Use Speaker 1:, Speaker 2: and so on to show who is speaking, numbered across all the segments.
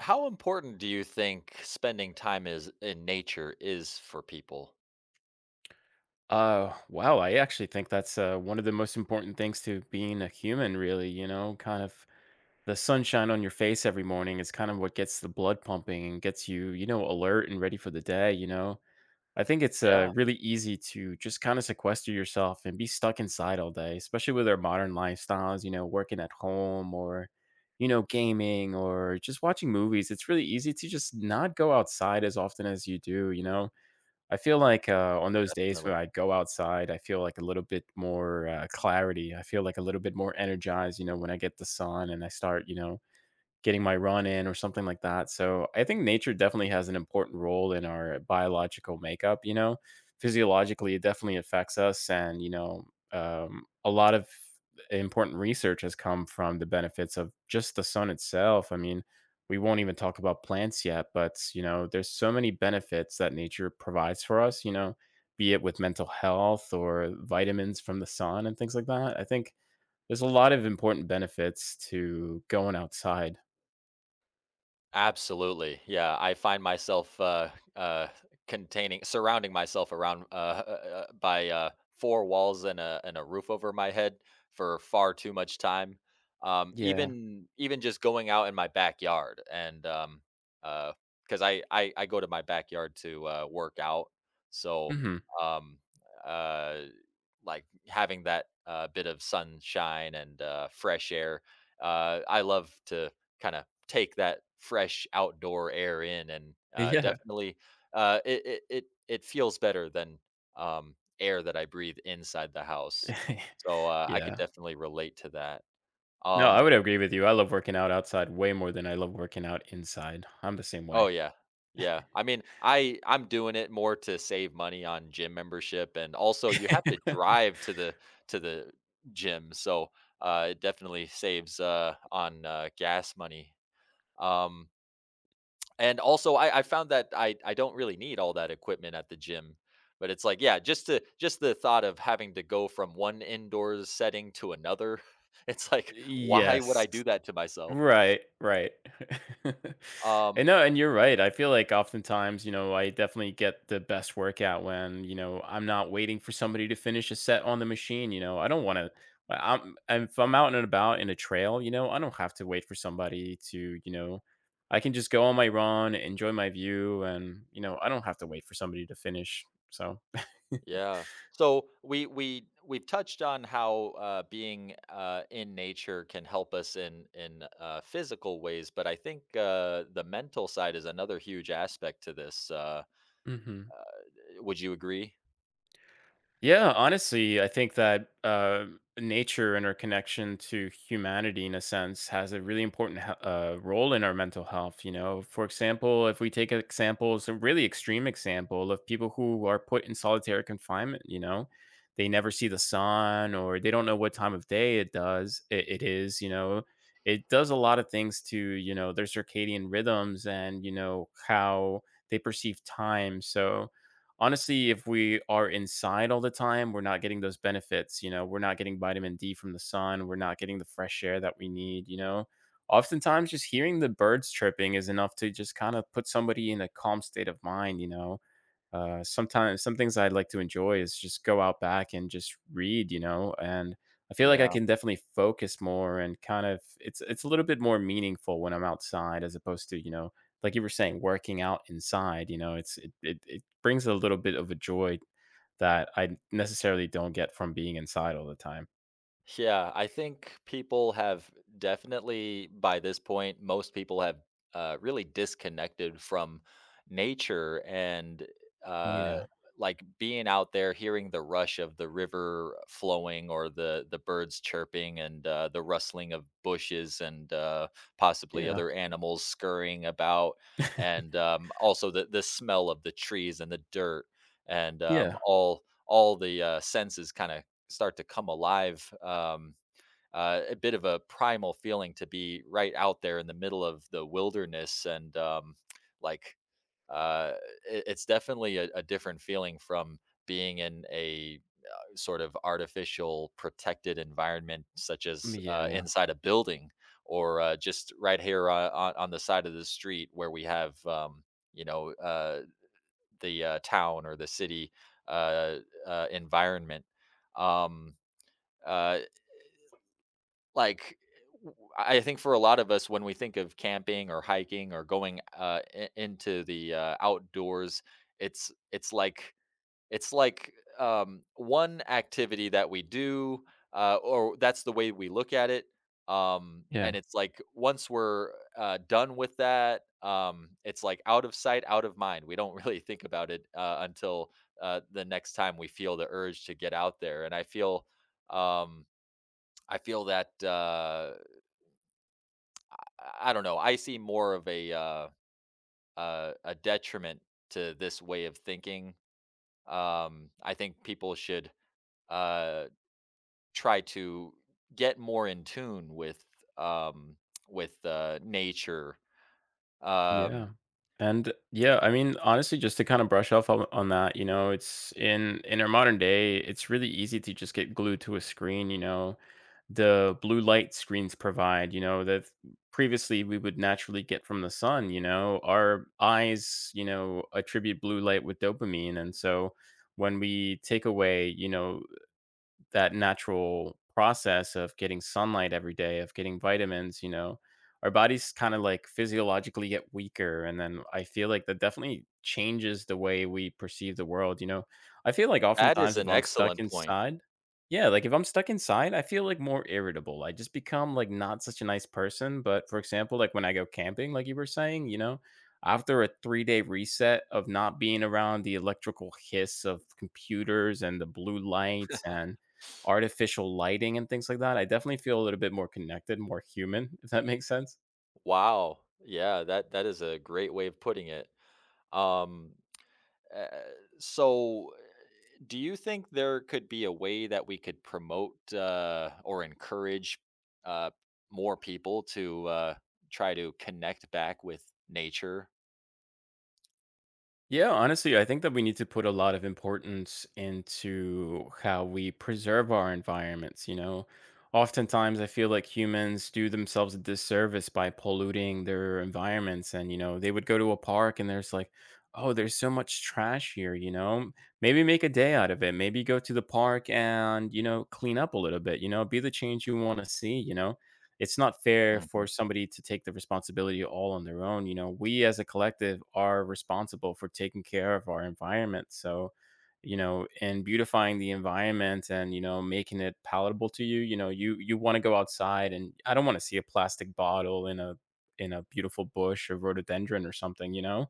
Speaker 1: How important do you think spending time is in nature is for people?
Speaker 2: Wow, I actually think that's one of the most important things to being a human, really. You know, kind of the sunshine on your face every morning is kind of what gets the blood pumping and gets you, you know, alert and ready for the day. You know, I think it's
Speaker 1: Yeah,
Speaker 2: really easy to just kind of sequester yourself and be stuck inside all day, especially with our modern lifestyles, you know, working at home or, you know, gaming or just watching movies. It's really easy to just not go outside as often as you do. I feel like, on those days
Speaker 1: definitely.
Speaker 2: when I go outside, I feel like a little bit more, clarity. I feel like a little bit more energized, you know, when I get the sun and I start, you know, getting my run in or something like that. So I think nature definitely has an important role in our biological makeup. You know, physiologically, it definitely affects us, and a lot of important research has come from the benefits of just the sun itself. I mean, we won't even talk about plants yet, but you know, there's so many benefits that nature provides for us. You know, be it with mental health or vitamins from the sun and things like that. I think there's a lot of important benefits to going outside.
Speaker 1: Absolutely. Yeah, I find myself uh containing surrounding myself around by four walls and a roof over my head for far too much time. Um
Speaker 2: Yeah.
Speaker 1: even even just going out in my backyard and uh cuz I go to my backyard to work out. So
Speaker 2: Mhm.
Speaker 1: um uh like having that bit of sunshine and fresh air. I love to kind of take that fresh outdoor air in, and
Speaker 2: Yeah.
Speaker 1: definitely it feels better than air that I breathe inside the house. So I could
Speaker 2: Yeah.
Speaker 1: definitely relate to that.
Speaker 2: No, I
Speaker 1: Um,
Speaker 2: would agree with you. I love working out outside way more than I love working out inside. I'm the same way.
Speaker 1: Oh yeah. Yeah. I mean, I'm doing it more to save money on gym membership and also you have to drive to the gym. So, it definitely saves on gas money. Um, and also I found that I don't really need all that equipment at the gym. But it's like, yeah, just the thought of having to go from one indoors setting to another. It's like, why would
Speaker 2: Yes.
Speaker 1: I do that to myself?
Speaker 2: Right, right.
Speaker 1: Um,
Speaker 2: And no, and you're right. I feel like oftentimes, you know, I definitely get the best workout when, you know, I'm not waiting for somebody to finish a set on the machine. You know, I don't want to. I'm and if I'm out and about in a trail, you know, I don't have to wait for somebody to, you know, I can just go on my run, enjoy my view, and you know, I don't have to wait for somebody to finish. So.
Speaker 1: yeah. So we've touched on how being in nature can help us in physical ways, but I think the mental side is another huge aspect to this. Uh,
Speaker 2: Hmm.
Speaker 1: would you agree?
Speaker 2: Yeah, honestly, I think that nature and our connection to humanity, in a sense, has a really important role in our mental health. You know, for example, if we take examples, a really extreme example of people who are put in solitary confinement, you know, they never see the sun or they don't know what time of day it does. It is, you know, it does a lot of things to you know their circadian rhythms and you know how they perceive time. So honestly, if we are inside all the time, we're not getting those benefits. You know, we're not getting vitamin D from the sun. We're not getting the fresh air that we need. You know, oftentimes just hearing the birds chirping is enough to just kind of put somebody in a calm state of mind. You know, sometimes some things I like to enjoy is just go out back and just read, you know, and I feel like I
Speaker 1: Yeah.
Speaker 2: can definitely focus more and kind of it's a little bit more meaningful when I'm outside as opposed to, you know, like you were saying, working out inside, you know, it brings a little bit of a joy that I necessarily don't get from being inside all the time.
Speaker 1: Yeah, I think people have definitely, by this point, most people have really disconnected from nature and
Speaker 2: Oh
Speaker 1: uh,
Speaker 2: yeah.
Speaker 1: like being out there, hearing the rush of the river flowing or the birds chirping and the rustling of bushes and possibly
Speaker 2: Yeah.
Speaker 1: other animals scurrying about, and also the smell of the trees and the dirt and
Speaker 2: Yeah.
Speaker 1: all the senses kind of start to come alive. A bit of a primal feeling to be right out there in the middle of the wilderness and like uh, it's definitely a different feeling from being in a sort of artificial protected environment such as
Speaker 2: Yeah.
Speaker 1: inside a building or just right here on, on the side of the street where we have you know uh, the town or the city uh, environment. Um, uh, like w- I think for a lot of us, when we think of camping or hiking or going into the outdoors, it's it's like it's like one activity that we do, or that's the way we look at it.
Speaker 2: Yeah.
Speaker 1: And it's like once we're done with that, it's like out of sight, out of mind. We don't really think about it until the next time we feel the urge to get out there. And um, I feel that. I don't know. I see more of a detriment to this way of thinking. I think people should uh, try to get more in tune with um, nature. Um,
Speaker 2: Yeah. And yeah, I mean, honestly, just to kind of brush off on that, you know, it's in our modern day, it's really easy to just get glued to a screen, you know. The blue light screens provide, you know, that previously we would naturally get from the sun, you know. Our eyes, you know, attribute blue light with dopamine. And so when we take away, you know, that natural process of getting sunlight every day, of getting vitamins, you know, our bodies kind of like physiologically get weaker. And then I feel like that definitely changes the way we perceive the world. You know, I feel like
Speaker 1: that is
Speaker 2: oftentimes if
Speaker 1: an
Speaker 2: I'm stuck
Speaker 1: excellent point.
Speaker 2: inside, yeah, like if I'm stuck inside, I feel like more irritable. I just become like not such a nice person. But for example, like when I go camping, like you were saying, you know, after a 3 day reset of not being around the electrical hiss of computers and the blue lights and artificial lighting and things like that, I definitely feel a little bit more connected, more human, if that makes sense.
Speaker 1: Wow. Yeah, that that is a great way of putting it. Um, uh, so do you think there could be a way that we could promote or encourage uh, more people to try to connect back with nature?
Speaker 2: Yeah, honestly, I think that we need to put a lot of importance into how we preserve our environments. You know, oftentimes I feel like humans do themselves a disservice by polluting their environments. And, you know, they would go to a park and there's like, oh, there's so much trash here. You know, maybe make a day out of it. Maybe go to the park and, you know, clean up a little bit, you know, be the change you want to see, you know it's not fair for
Speaker 1: Mhm.
Speaker 2: somebody to take the responsibility all on their own. You know, we as a collective are responsible for taking care of our environment. So, you know, and beautifying the environment and, you know, making it palatable to you, you know, you want to go outside and I don't want to see a plastic bottle in a beautiful bush or rhododendron or something, you know.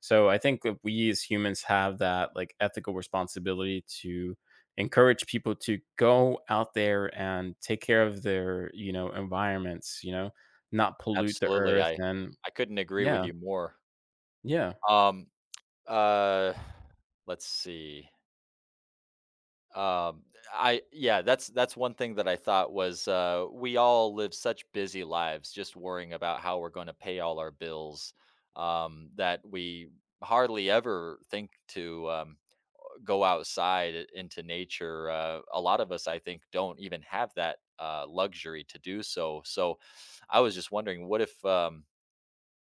Speaker 2: So I think that we as humans have that like ethical responsibility to encourage people to go out there and take care of their, you know, environments, you know, not pollute the
Speaker 1: Absolutely,
Speaker 2: earth
Speaker 1: I
Speaker 2: and
Speaker 1: I couldn't agree with
Speaker 2: yeah,
Speaker 1: you more.
Speaker 2: yeah,
Speaker 1: Um, uh, let's see. Um, I yeah, that's one thing that I thought was we all live such busy lives, just worrying about how we're going to pay all our bills, that we hardly ever think to go outside into nature. A lot of us, I think, don't even have that luxury to do so. So, I was just wondering,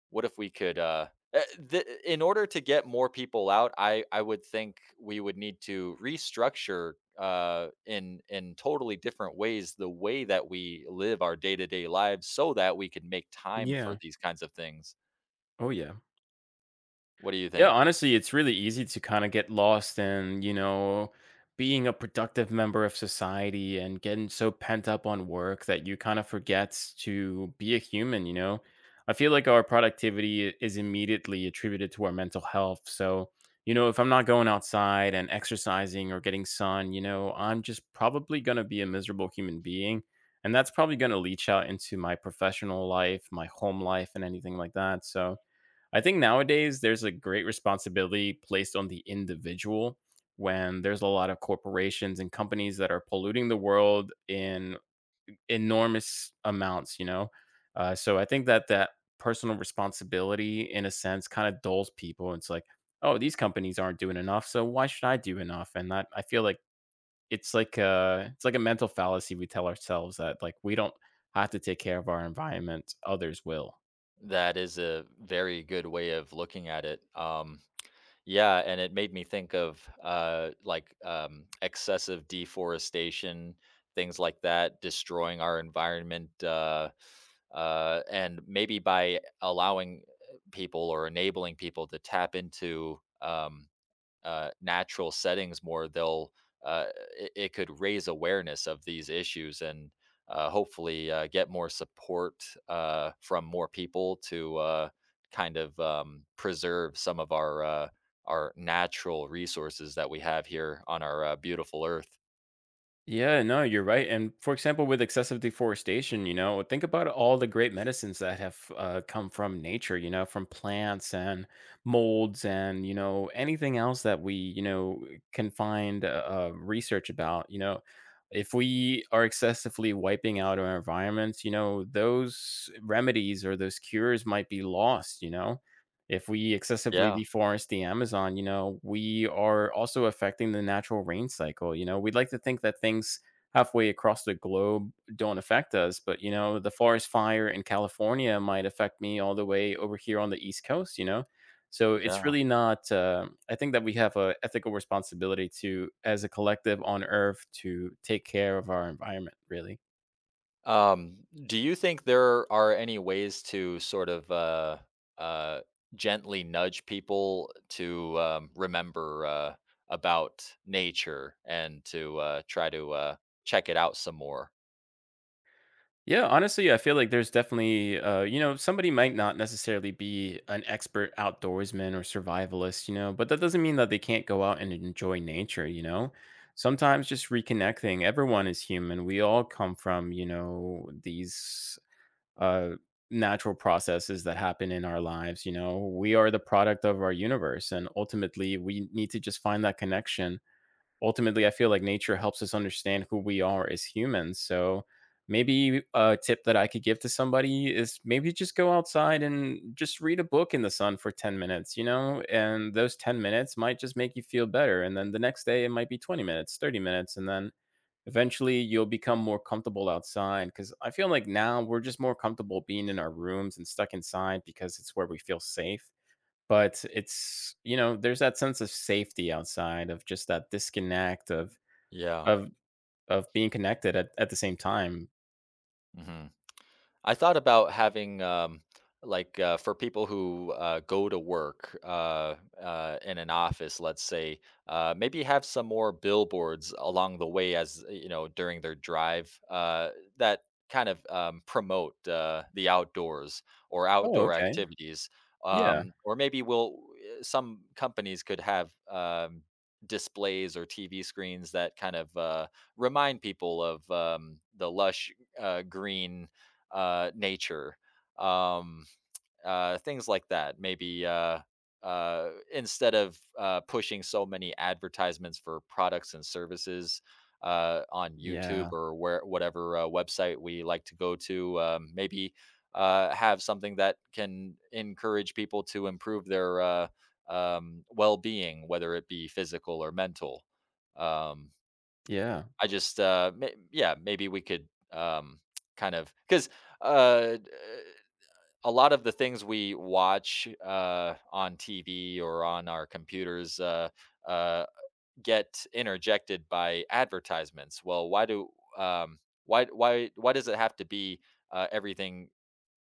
Speaker 1: what if we could, eh, in order to get more people out, I would think we would need to restructure in totally different ways the way that we live our day to day lives, so that we can make time for
Speaker 2: yeah.
Speaker 1: these kinds of things.
Speaker 2: Oh yeah.
Speaker 1: What do you
Speaker 2: Yeah,
Speaker 1: think?
Speaker 2: honestly, it's really easy to kind of get lost in, you know, being a productive member of society and getting so pent up on work that you kind of forget to be a human, you know? I feel like our productivity is immediately attributed to our mental health. So, you know, if I'm not going outside and exercising or getting sun, you know, I'm just probably going to be a miserable human being. And that's probably going to leach out into my professional life, my home life, and anything like that. So, I think nowadays there's a great responsibility placed on the individual when there's a lot of corporations and companies that are polluting the world in enormous amounts, you know? So I think that personal responsibility, in a sense, kind of dulls people. It's like, oh, these companies aren't doing enough, so why should I do enough? And that I feel like it's like a mental fallacy we tell ourselves that like we don't have to take care of our environment, others will.
Speaker 1: That is a very good way of looking at it. Yeah, and it made me think of excessive deforestation, things like that, destroying our environment, and maybe by allowing people or enabling people to tap into natural settings more, they'll uh, it could raise awareness of these issues and hopefully get more support from more people to kind of preserve some of our natural resources that we have here on our beautiful Earth.
Speaker 2: Yeah, no, you're right. And for example, with excessive deforestation, you know, think about all the great medicines that have come from nature, you know, from plants and molds and, you know, anything else that we, you know, can find research about. You know, if we are excessively wiping out our environments, you know, those remedies or those cures might be lost, you know if we excessively
Speaker 1: Yeah,
Speaker 2: deforest the Amazon, you know, we are also affecting the natural rain cycle. You know, we'd like to think that things halfway across the globe don't affect us, but you know, the forest fire in California might affect me all the way over here on the East Coast, you know? So it's
Speaker 1: yeah.
Speaker 2: really not, I think that we have a ethical responsibility to, as a collective on Earth, to take care of our environment, really.
Speaker 1: Do you think there are any ways to sort of uh, gently nudge people to remember about nature and to try to check it out some more?
Speaker 2: Yeah, honestly, I feel like there's definitely, you know, somebody might not necessarily be an expert outdoorsman or survivalist, you know, but that doesn't mean that they can't go out and enjoy nature, you know. Sometimes just reconnecting. Everyone is human. We all come from, you know, these uh, natural processes that happen in our lives. You know, we are the product of our universe, and ultimately, we need to just find that connection. Ultimately, I feel like nature helps us understand who we are as humans. So maybe a tip that I could give to somebody is maybe just go outside and just read a book in the sun for 10 minutes, you know, and those 10 minutes might just make you feel better, and then the next day it might be 20 minutes, 30 minutes, and then eventually you'll become more comfortable outside, because I feel like now we're just more comfortable being in our rooms and stuck inside because it's where we feel safe. But it's, you know, there's that sense of safety outside of just that disconnect of
Speaker 1: Yeah.
Speaker 2: of of being connected at the same time.
Speaker 1: Hmm. I thought about having, like, for people who go to work in an office, let's say, maybe have some more billboards along the way as, you know, during their drive that kind of promote the outdoors or
Speaker 2: Oh,
Speaker 1: outdoor
Speaker 2: okay.
Speaker 1: activities.
Speaker 2: Yeah.
Speaker 1: Or maybe we'll, some companies could have displays or TV screens that kind of remind people of the lush green nature, um, things like that. Maybe instead of pushing so many advertisements for products and services on YouTube
Speaker 2: Yeah.
Speaker 1: or where whatever website we like to go to, maybe have something that can encourage people to improve their well-being, whether it be physical or mental. Um,
Speaker 2: Yeah.
Speaker 1: I just, may yeah, maybe we could, kind of, 'cause, d a lot of the things we watch, on TV or on our computers, uh, get interjected by advertisements. Well, why do, um, why does it have to be, everything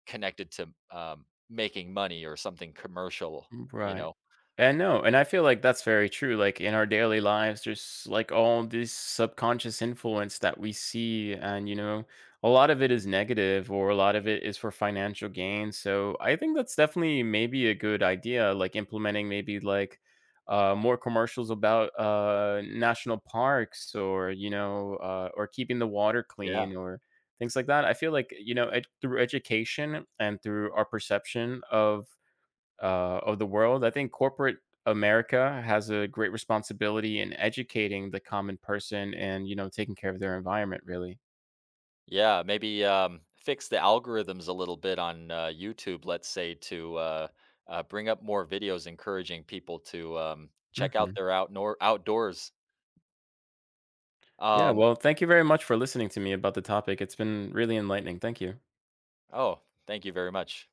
Speaker 1: connected to, making money or something commercial, you
Speaker 2: Right.
Speaker 1: know?
Speaker 2: And no, and I feel like that's very true. Like in our daily lives, there's like all this subconscious influence that we see, and you know, a lot of it is negative or a lot of it is for financial gain. So I think that's definitely maybe a good idea, like implementing maybe like more commercials about national parks or you know, or keeping the water
Speaker 1: Yeah.
Speaker 2: clean or things like that. I feel like you know, through education and through our perception of the world. I think corporate America has a great responsibility in educating the common person and, you know, taking care of their environment, really.
Speaker 1: Yeah, maybe fix the algorithms a little bit on YouTube, let's say, to bring up more videos encouraging people to check out
Speaker 2: Mhm.
Speaker 1: their outdoors.
Speaker 2: Yeah,
Speaker 1: Um,
Speaker 2: well, thank you very much for listening to me about the topic. It's been really enlightening. Thank you.
Speaker 1: oh, thank you very much.